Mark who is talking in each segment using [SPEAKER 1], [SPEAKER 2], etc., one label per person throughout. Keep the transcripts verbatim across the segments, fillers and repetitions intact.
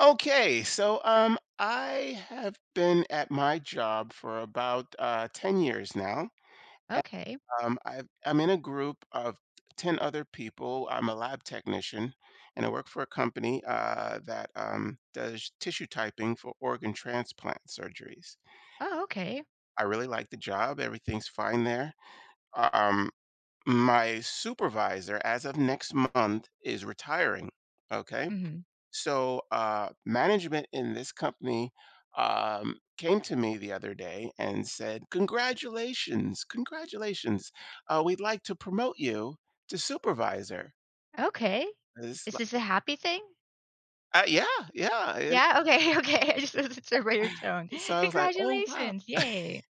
[SPEAKER 1] Okay, so um, I have been at my job for about uh, ten years now.
[SPEAKER 2] Okay.
[SPEAKER 1] Um, I've, I'm in a group of ten other people. I'm a lab technician and I work for a company uh, that um, does tissue typing for organ transplant surgeries.
[SPEAKER 2] Oh, okay.
[SPEAKER 1] I really like the job, everything's fine there. Um, my supervisor, as of next month, is retiring. Okay.
[SPEAKER 2] Mhm.
[SPEAKER 1] So, uh, management in this company um, came to me the other day and said, "Congratulations, congratulations. Uh, We'd like to promote you to supervisor."
[SPEAKER 2] Okay.
[SPEAKER 1] I
[SPEAKER 2] Is this a happy thing?
[SPEAKER 1] like, uh, yeah, yeah. it-
[SPEAKER 2] Yeah, okay, okay. I just wasn't sure by your tone.
[SPEAKER 1] so I was like, "Oh, wow."
[SPEAKER 2] Congratulations. Yay.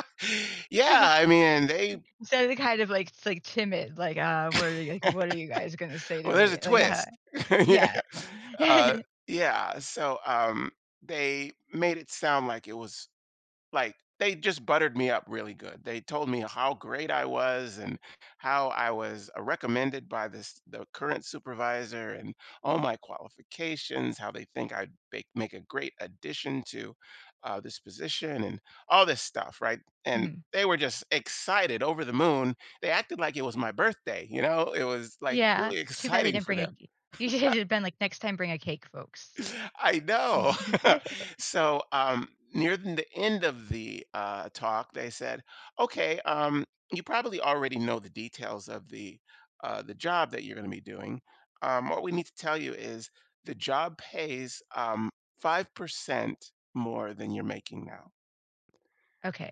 [SPEAKER 1] Yeah, I mean, they,
[SPEAKER 2] Instead of the kind of like it's like timid, like, uh, what are you like, what are you guys gonna say to
[SPEAKER 1] well, there's a
[SPEAKER 2] me? Like, uh,
[SPEAKER 1] twist. Yeah.
[SPEAKER 2] yeah.
[SPEAKER 1] Uh, yeah. So um, they made it sound like it was like they just buttered me up really good. They told me how great I was, and how I was uh, recommended by this the current supervisor, and all my qualifications, how they think I'd make, make a great addition to uh, this position, and all this stuff, right? And
[SPEAKER 2] Mhm.
[SPEAKER 1] they were just excited, over the moon. They acted like it was my birthday, you know? It was like
[SPEAKER 2] Yeah.
[SPEAKER 1] really
[SPEAKER 2] Too bad they
[SPEAKER 1] exciting
[SPEAKER 2] didn't
[SPEAKER 1] for
[SPEAKER 2] bring a
[SPEAKER 1] them.
[SPEAKER 2] c You should have been like, next time bring a cake, folks.
[SPEAKER 1] I know. So, um, near the end of the uh, talk, they said, "Okay, um, you probably already know the details of the uh, the job that you're going to be doing. Um, what we need to tell you is the job pays um, five percent more than you're making now."
[SPEAKER 2] Okay.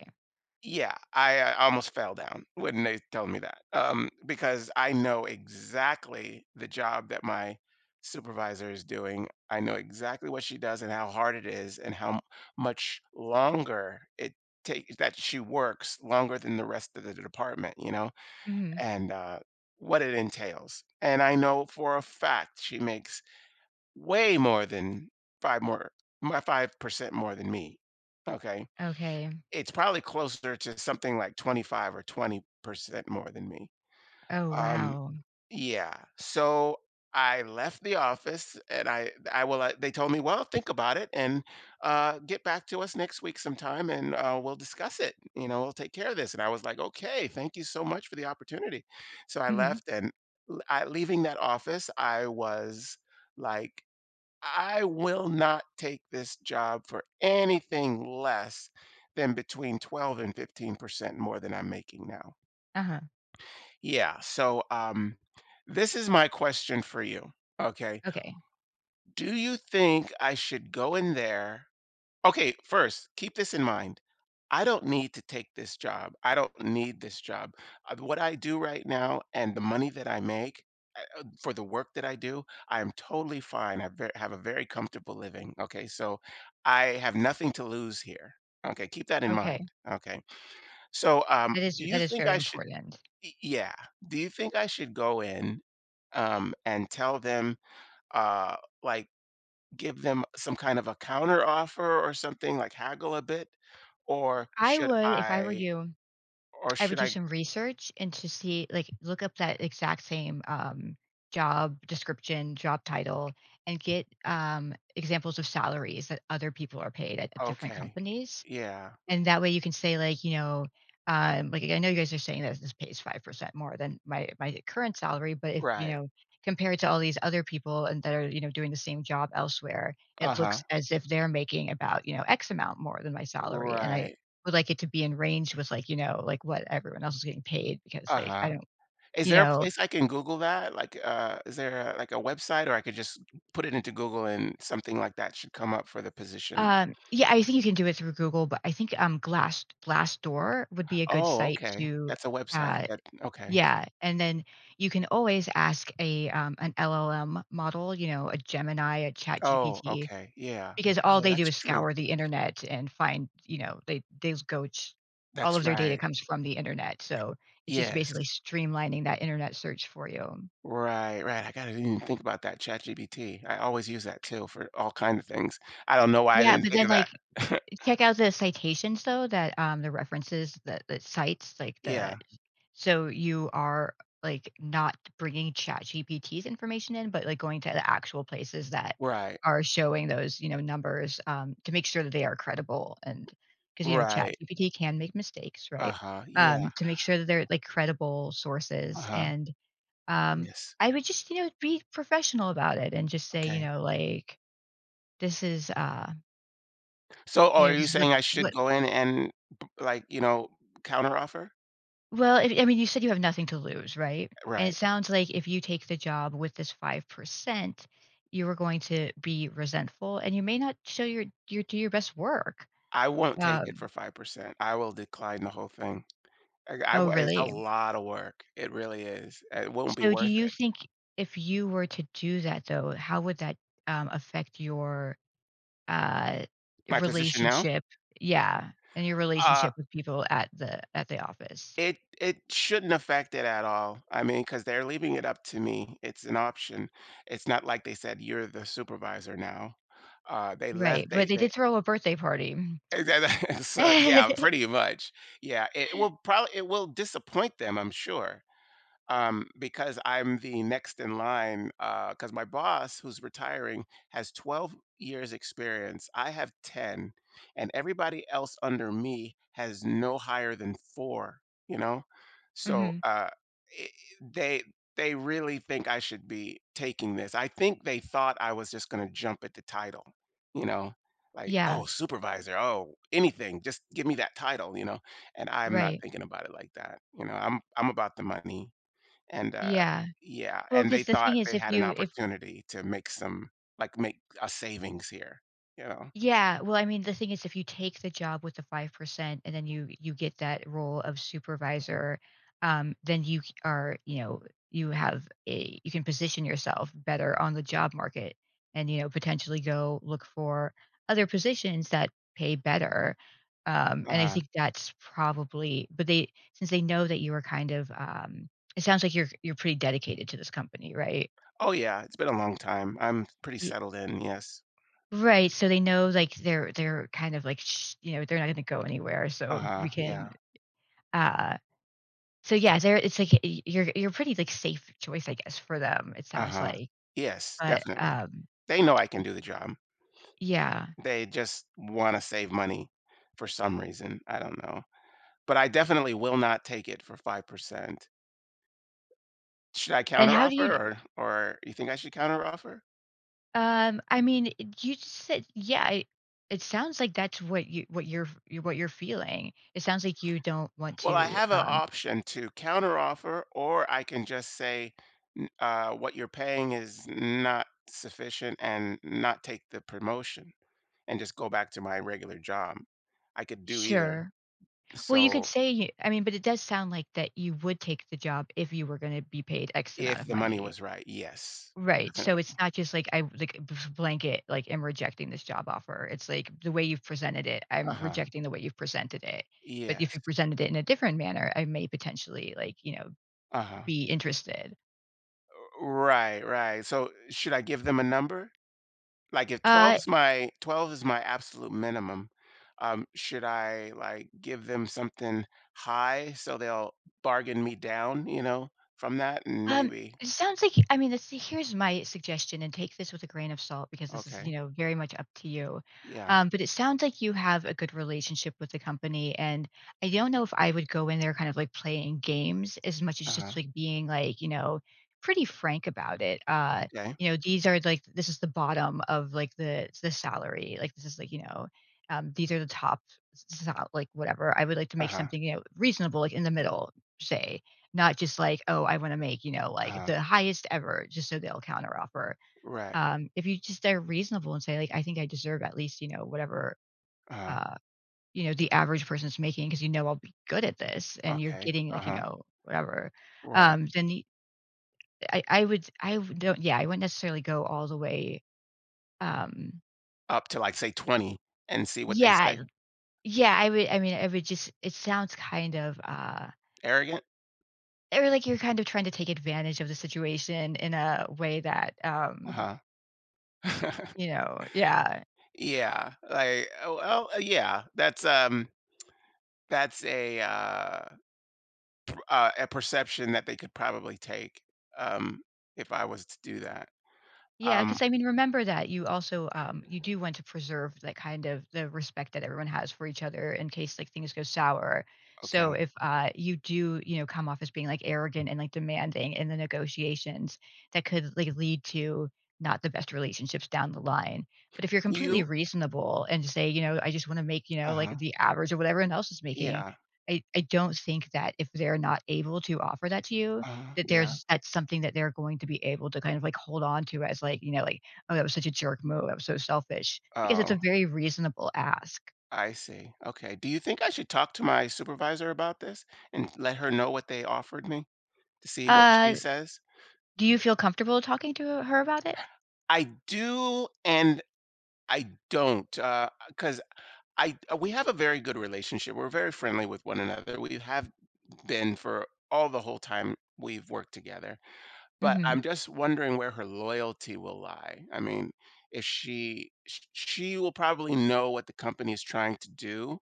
[SPEAKER 1] Yeah, I, uh, almost fell down when they told me that, um, because I know exactly the job that my supervisor is doing. I know exactly what she does and how hard it is and how m- much longer it takes, that she works longer than the rest of the department, you know,
[SPEAKER 2] Mhm.
[SPEAKER 1] and uh, what it entails. And I know for a fact she makes way more than five more, my five percent more than me. Okay,
[SPEAKER 2] Okay.
[SPEAKER 1] it's probably closer to something like twenty-five or twenty percent more than me.
[SPEAKER 2] Oh,
[SPEAKER 1] Um,
[SPEAKER 2] wow.
[SPEAKER 1] yeah. So I left the office, and I I will uh, they told me, "Well, think about it and uh get back to us next week sometime and uh we'll discuss it. You know, we'll take care of this." And I was like, "Okay, thank you so much for the opportunity." So I
[SPEAKER 2] Mhm.
[SPEAKER 1] left, and l- I, leaving that office, I was like, I will not take this job for anything less than between twelve and fifteen percent more than I'm making now.
[SPEAKER 2] Uh-huh.
[SPEAKER 1] Yeah. So, um, this is my question for you. Okay.
[SPEAKER 2] Okay.
[SPEAKER 1] Do you think I should go in there? Okay, first, keep this in mind. I don't need to take this job. I don't need this job. Uh, What I do right now and the money that I make, uh, uh, for the work that I do, I am totally fine. I ve- have a very comfortable living. Okay, so I have nothing to lose here. Okay, keep that in mind.
[SPEAKER 2] Okay.
[SPEAKER 1] Okay, so um,
[SPEAKER 2] That is
[SPEAKER 1] do you
[SPEAKER 2] that is
[SPEAKER 1] think
[SPEAKER 2] very
[SPEAKER 1] I should?
[SPEAKER 2] important.
[SPEAKER 1] y- Yeah, do you think I should go in um, and tell them uh, like? give them some kind of a counter offer or something, like haggle a bit? Or
[SPEAKER 2] I
[SPEAKER 1] should
[SPEAKER 2] would, if I were
[SPEAKER 1] I
[SPEAKER 2] you,
[SPEAKER 1] or
[SPEAKER 2] I would
[SPEAKER 1] should
[SPEAKER 2] do
[SPEAKER 1] I
[SPEAKER 2] some research and to see, like, look up that exact same um, job description, job title, and get um, examples of salaries that other people are paid at, at different
[SPEAKER 1] Okay.
[SPEAKER 2] companies.
[SPEAKER 1] Yeah,
[SPEAKER 2] And that way you can say like, you know, um, like I know you guys are saying that this pays five percent more than my my current salary, but if, you
[SPEAKER 1] right.
[SPEAKER 2] know, compared to all these other people and that are, you know, doing the same job elsewhere, it
[SPEAKER 1] Uh-huh.
[SPEAKER 2] looks as if they're making about, you know, X amount more than my salary. And I
[SPEAKER 1] Right.
[SPEAKER 2] would like it to be in range with like, you know, like what everyone else is getting paid because like I
[SPEAKER 1] Uh-huh.
[SPEAKER 2] don't,
[SPEAKER 1] Is
[SPEAKER 2] you
[SPEAKER 1] there a
[SPEAKER 2] know,
[SPEAKER 1] place I can Google that? Like, uh, is there, a, like, a website, or I could just put it into Google and something like that should come up for the position?
[SPEAKER 2] um, yeah, I think you can do it through Google, but I think um Glass Glassdoor would be a good
[SPEAKER 1] Oh,
[SPEAKER 2] site
[SPEAKER 1] okay.
[SPEAKER 2] to
[SPEAKER 1] That's a website.
[SPEAKER 2] uh
[SPEAKER 1] That okay.
[SPEAKER 2] Yeah, and then you can always ask a, um, an L L M model, you know, a Gemini, a
[SPEAKER 1] Oh,
[SPEAKER 2] ChatGPT,
[SPEAKER 1] okay. Yeah.
[SPEAKER 2] because all
[SPEAKER 1] Oh,
[SPEAKER 2] they do
[SPEAKER 1] that's
[SPEAKER 2] is
[SPEAKER 1] true.
[SPEAKER 2] scour the internet and find, you know, they they go ch all
[SPEAKER 1] That's
[SPEAKER 2] of their data
[SPEAKER 1] right.
[SPEAKER 2] comes from the internet, so it's just
[SPEAKER 1] Yes.
[SPEAKER 2] basically streamlining that internet search for you.
[SPEAKER 1] Right, right. I gotta even think about that ChatGPT. I always use that too for all kind of things. I don't know why I
[SPEAKER 2] Yeah,
[SPEAKER 1] didn't
[SPEAKER 2] but
[SPEAKER 1] think
[SPEAKER 2] then,
[SPEAKER 1] of that.
[SPEAKER 2] like Check out the citations though that, um, the references that that cites like the
[SPEAKER 1] Yeah.
[SPEAKER 2] so you are, like, not bringing ChatGPT's information in, but, like, going to the actual places that
[SPEAKER 1] Right.
[SPEAKER 2] are showing those, you know, numbers, um, to make sure that they are credible and because you know,
[SPEAKER 1] Right.
[SPEAKER 2] ChatGPT can make mistakes, right?
[SPEAKER 1] Uh-huh. Yeah.
[SPEAKER 2] Um, to make sure that they're, like, credible sources
[SPEAKER 1] Uh-huh.
[SPEAKER 2] and, um,
[SPEAKER 1] Yes.
[SPEAKER 2] I would just, you know, be professional about it and just say, you
[SPEAKER 1] Okay.
[SPEAKER 2] know, like, "This is, uh,
[SPEAKER 1] So, oh,
[SPEAKER 2] you
[SPEAKER 1] are
[SPEAKER 2] know,
[SPEAKER 1] you
[SPEAKER 2] this is what
[SPEAKER 1] saying I should
[SPEAKER 2] what."
[SPEAKER 1] go in and b like, you know, counteroffer?
[SPEAKER 2] Well, if I mean, you said you have nothing to lose, right? And it
[SPEAKER 1] Right.
[SPEAKER 2] sounds like if you take the job with this five percent, you are going to be resentful and you may not show your your do your best work.
[SPEAKER 1] I won't take it for
[SPEAKER 2] Um,
[SPEAKER 1] five percent. I will decline the whole thing. I I
[SPEAKER 2] oh,
[SPEAKER 1] w- it's a
[SPEAKER 2] really?
[SPEAKER 1] lot of work. It really is. It won't be
[SPEAKER 2] So do
[SPEAKER 1] worth
[SPEAKER 2] you
[SPEAKER 1] it.
[SPEAKER 2] think if you were to do that though, how would that um, affect your uh,
[SPEAKER 1] My position now?
[SPEAKER 2] relationship? Yeah, and your
[SPEAKER 1] Uh,
[SPEAKER 2] relationship with people at the at the office.
[SPEAKER 1] It it shouldn't affect it at all. I mean, because 'cause they're leaving it up to me. It's an option. It's not like they said, "You're the supervisor now." Uh, they left
[SPEAKER 2] Right. But
[SPEAKER 1] they
[SPEAKER 2] they
[SPEAKER 1] they
[SPEAKER 2] did throw a birthday party.
[SPEAKER 1] So, yeah, pretty much. Yeah, it will probably it will disappoint them, I'm sure, um, because I'm the next in line. Because my boss, who's retiring, has twelve years experience. I have ten, and everybody else under me has no higher than four. You know, so
[SPEAKER 2] Mhm.
[SPEAKER 1] uh, I they they really think I should be taking this. I think they thought I was just going to jump at the title. You know. Like, oh,
[SPEAKER 2] Yeah,
[SPEAKER 1] supervisor, oh, anything, just give me that title, you know. And I'm not
[SPEAKER 2] right.
[SPEAKER 1] thinking about it like that. You know, I'm I'm about the money. And, uh
[SPEAKER 2] Yeah.
[SPEAKER 1] yeah,
[SPEAKER 2] well,
[SPEAKER 1] and they
[SPEAKER 2] because the
[SPEAKER 1] thought
[SPEAKER 2] thing is
[SPEAKER 1] they
[SPEAKER 2] if
[SPEAKER 1] had an
[SPEAKER 2] you if
[SPEAKER 1] opportunity to make some like, make a savings here, you know?
[SPEAKER 2] yeah, well, I mean, the thing is if you take the job with the five percent and then you you get that role of supervisor, um, then you c- are, you know, you have a you can position yourself better on the job market and, you know, potentially go look for other positions that pay better. Um, and I
[SPEAKER 1] Uh,
[SPEAKER 2] think that's probably, but they since they know that you are kind of, um, it sounds like you're you're pretty dedicated to this company, right?
[SPEAKER 1] oh, yeah, it's been a long time. I'm pretty settled in, yes.
[SPEAKER 2] Right, so they know, like, they're they're kind of like, sh you know, they're not gonna go anywhere, so we
[SPEAKER 1] Uh-huh,
[SPEAKER 2] can,
[SPEAKER 1] yeah,
[SPEAKER 2] uh so yeah, there it's like, y you're you're pretty, like, safe choice, I guess, for them, it sounds
[SPEAKER 1] uh-huh.
[SPEAKER 2] like,
[SPEAKER 1] Yes,
[SPEAKER 2] but,
[SPEAKER 1] definitely.
[SPEAKER 2] um,
[SPEAKER 1] They know I can do the job.
[SPEAKER 2] yeah,
[SPEAKER 1] They just wanna save money for some reason, I don't know. But I definitely will not take it for five percent. Should I
[SPEAKER 2] and how
[SPEAKER 1] counteroffer,
[SPEAKER 2] do you
[SPEAKER 1] or or you think I should counteroffer?
[SPEAKER 2] um, I mean, it- you just said yeah, I it sounds like that's what you what you're f what you're feeling. It sounds like you don't want
[SPEAKER 1] Well, I
[SPEAKER 2] to,
[SPEAKER 1] have an
[SPEAKER 2] um
[SPEAKER 1] option to counteroffer, or I can just say, "N- uh, what you're paying is not sufficient," and not take the promotion and just go back to my regular job. I could do either.
[SPEAKER 2] Sure. Well, you could
[SPEAKER 1] So
[SPEAKER 2] say you I mean, but it does sound like that you would take the job if you were gonna be paid X amount
[SPEAKER 1] if
[SPEAKER 2] of
[SPEAKER 1] the money
[SPEAKER 2] money.
[SPEAKER 1] was right, yes,
[SPEAKER 2] Right, so it's
[SPEAKER 1] definitely.
[SPEAKER 2] not just like I like b- blanket, like, am rejecting this job offer. It's like the way you've presented it,
[SPEAKER 1] Uh
[SPEAKER 2] I'm
[SPEAKER 1] huh.
[SPEAKER 2] rejecting the way you've presented it. But if
[SPEAKER 1] Yes.
[SPEAKER 2] you presented it in a different manner, I may potentially, like, you know,
[SPEAKER 1] Uh huh.
[SPEAKER 2] be interested.
[SPEAKER 1] Right, right. So should I give them a number? Like, if
[SPEAKER 2] Uh
[SPEAKER 1] twelve's my twelve is my absolute minimum, um, should I, like, give them something high so they'll bargain me down, you know, from that? And
[SPEAKER 2] Um,
[SPEAKER 1] maybe
[SPEAKER 2] it sounds like I mean, this here's my suggestion, and take this with a grain of salt because this is,
[SPEAKER 1] okay.
[SPEAKER 2] you know, very much up to you.
[SPEAKER 1] Yeah.
[SPEAKER 2] Um, but it sounds like you have a good relationship with the company, and I don't know if I would go in there kind of like playing games as much as
[SPEAKER 1] Uh-huh.
[SPEAKER 2] just like being like, you know, pretty frank about it. Uh,
[SPEAKER 1] Okay.
[SPEAKER 2] you know, these are like this is the bottom of like the the salary. Like this is like, you know, um, these are the top sal- like whatever. I would like to make
[SPEAKER 1] Uh-huh.
[SPEAKER 2] something, you know, reasonable, like in the middle, say. Not just like, "Oh, I wanna make, you know, like,
[SPEAKER 1] Uh-huh.
[SPEAKER 2] the highest ever," just so they'll counteroffer.
[SPEAKER 1] Right.
[SPEAKER 2] Um, if you just are reasonable and say, like, "I think I deserve at least, you know, whatever,
[SPEAKER 1] Uh-huh.
[SPEAKER 2] uh, you know, the average person's making because you know I'll be good at this and you're
[SPEAKER 1] Okay.
[SPEAKER 2] getting, like, you
[SPEAKER 1] Uh-huh.
[SPEAKER 2] know, whatever."
[SPEAKER 1] Right.
[SPEAKER 2] Um, then the I I would I would don't yeah, I wouldn't necessarily go all the way, um
[SPEAKER 1] Up to, like, say, twenty and see what they say.
[SPEAKER 2] Yeah, yeah, I would I mean, I would just it sounds kind of, uh
[SPEAKER 1] Arrogant?
[SPEAKER 2] or, like, you're kind of trying to take advantage of the situation in a way that, um
[SPEAKER 1] Uh-huh.
[SPEAKER 2] You know, yeah.
[SPEAKER 1] Yeah. Like, oh, well, yeah. That's, um, that's a, uh uh, a perception that they could probably take, um, if I was to do that.
[SPEAKER 2] yeah.
[SPEAKER 1] Um,
[SPEAKER 2] Because I mean, remember that you also, um, you do want to preserve that kind of the respect that everyone has for each other in case like things go sour. So
[SPEAKER 1] okay.
[SPEAKER 2] if uh, you do, you know, come off as being like arrogant and like demanding in the negotiations, that could like lead to not the best relationships down the line. But if you're
[SPEAKER 1] Do
[SPEAKER 2] completely
[SPEAKER 1] you?
[SPEAKER 2] reasonable and just say, you know, I just want to make, you
[SPEAKER 1] Uh
[SPEAKER 2] know, like
[SPEAKER 1] huh.
[SPEAKER 2] the average of what everyone else is making,
[SPEAKER 1] Yeah.
[SPEAKER 2] I, I don't think that if they're not able to offer that to you,
[SPEAKER 1] Uh huh.
[SPEAKER 2] that
[SPEAKER 1] Yeah.
[SPEAKER 2] there's that's something that they're going to be able to kind of like hold on to as like, you know, like, "Oh, that was such a jerk move. I was so selfish," because it's
[SPEAKER 1] Oh,
[SPEAKER 2] a very reasonable ask.
[SPEAKER 1] I see. Okay. Do you think I should talk to my supervisor about this and let her know what they offered me, to see what she
[SPEAKER 2] Uh,
[SPEAKER 1] says?
[SPEAKER 2] do you feel comfortable talking to her about it?
[SPEAKER 1] I do, and I don't, because I uh, we have a very good relationship. We're very friendly with one another. We have been for all the whole time we've worked together. But
[SPEAKER 2] Mhm.
[SPEAKER 1] I'm just wondering where her loyalty will lie. I mean, if she sh she will probably know what the company is trying to do,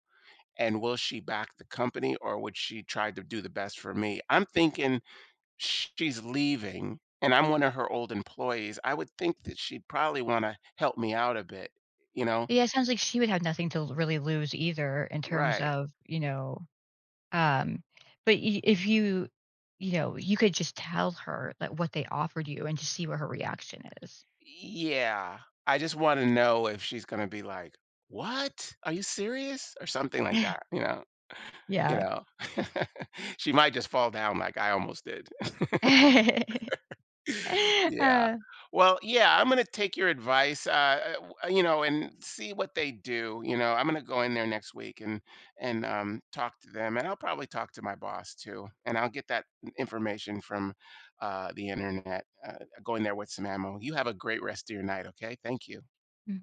[SPEAKER 1] and will she back the company, or would she try to do the best for me? I'm thinking she's leaving, and I'm one of her old employees. I would think that she'd probably wanna help me out a bit, you know?
[SPEAKER 2] Yeah, it sounds like she would have nothing to really lose either in terms
[SPEAKER 1] Right.
[SPEAKER 2] of, you know, um, but I if you you know, you could just tell her, like, what they offered you and just see what her reaction is.
[SPEAKER 1] Yeah. I just wanna know if she's gonna be like, "What? Are you serious?" Or something like that, you know? You
[SPEAKER 2] Yeah.
[SPEAKER 1] know? She might just fall down like I almost did. Yeah.
[SPEAKER 2] Uh,
[SPEAKER 1] Well, yeah, I'm gonna take your advice, uh, uh, w uh, you know, and see what they do, you know? I'm gonna go in there next week and and, um, talk to them, and I'll probably talk to my boss too, and I'll get that information from, uh, the Internet, uh, go in there with some ammo. You have a great rest of your night, okay? Thank you.
[SPEAKER 2] mhm.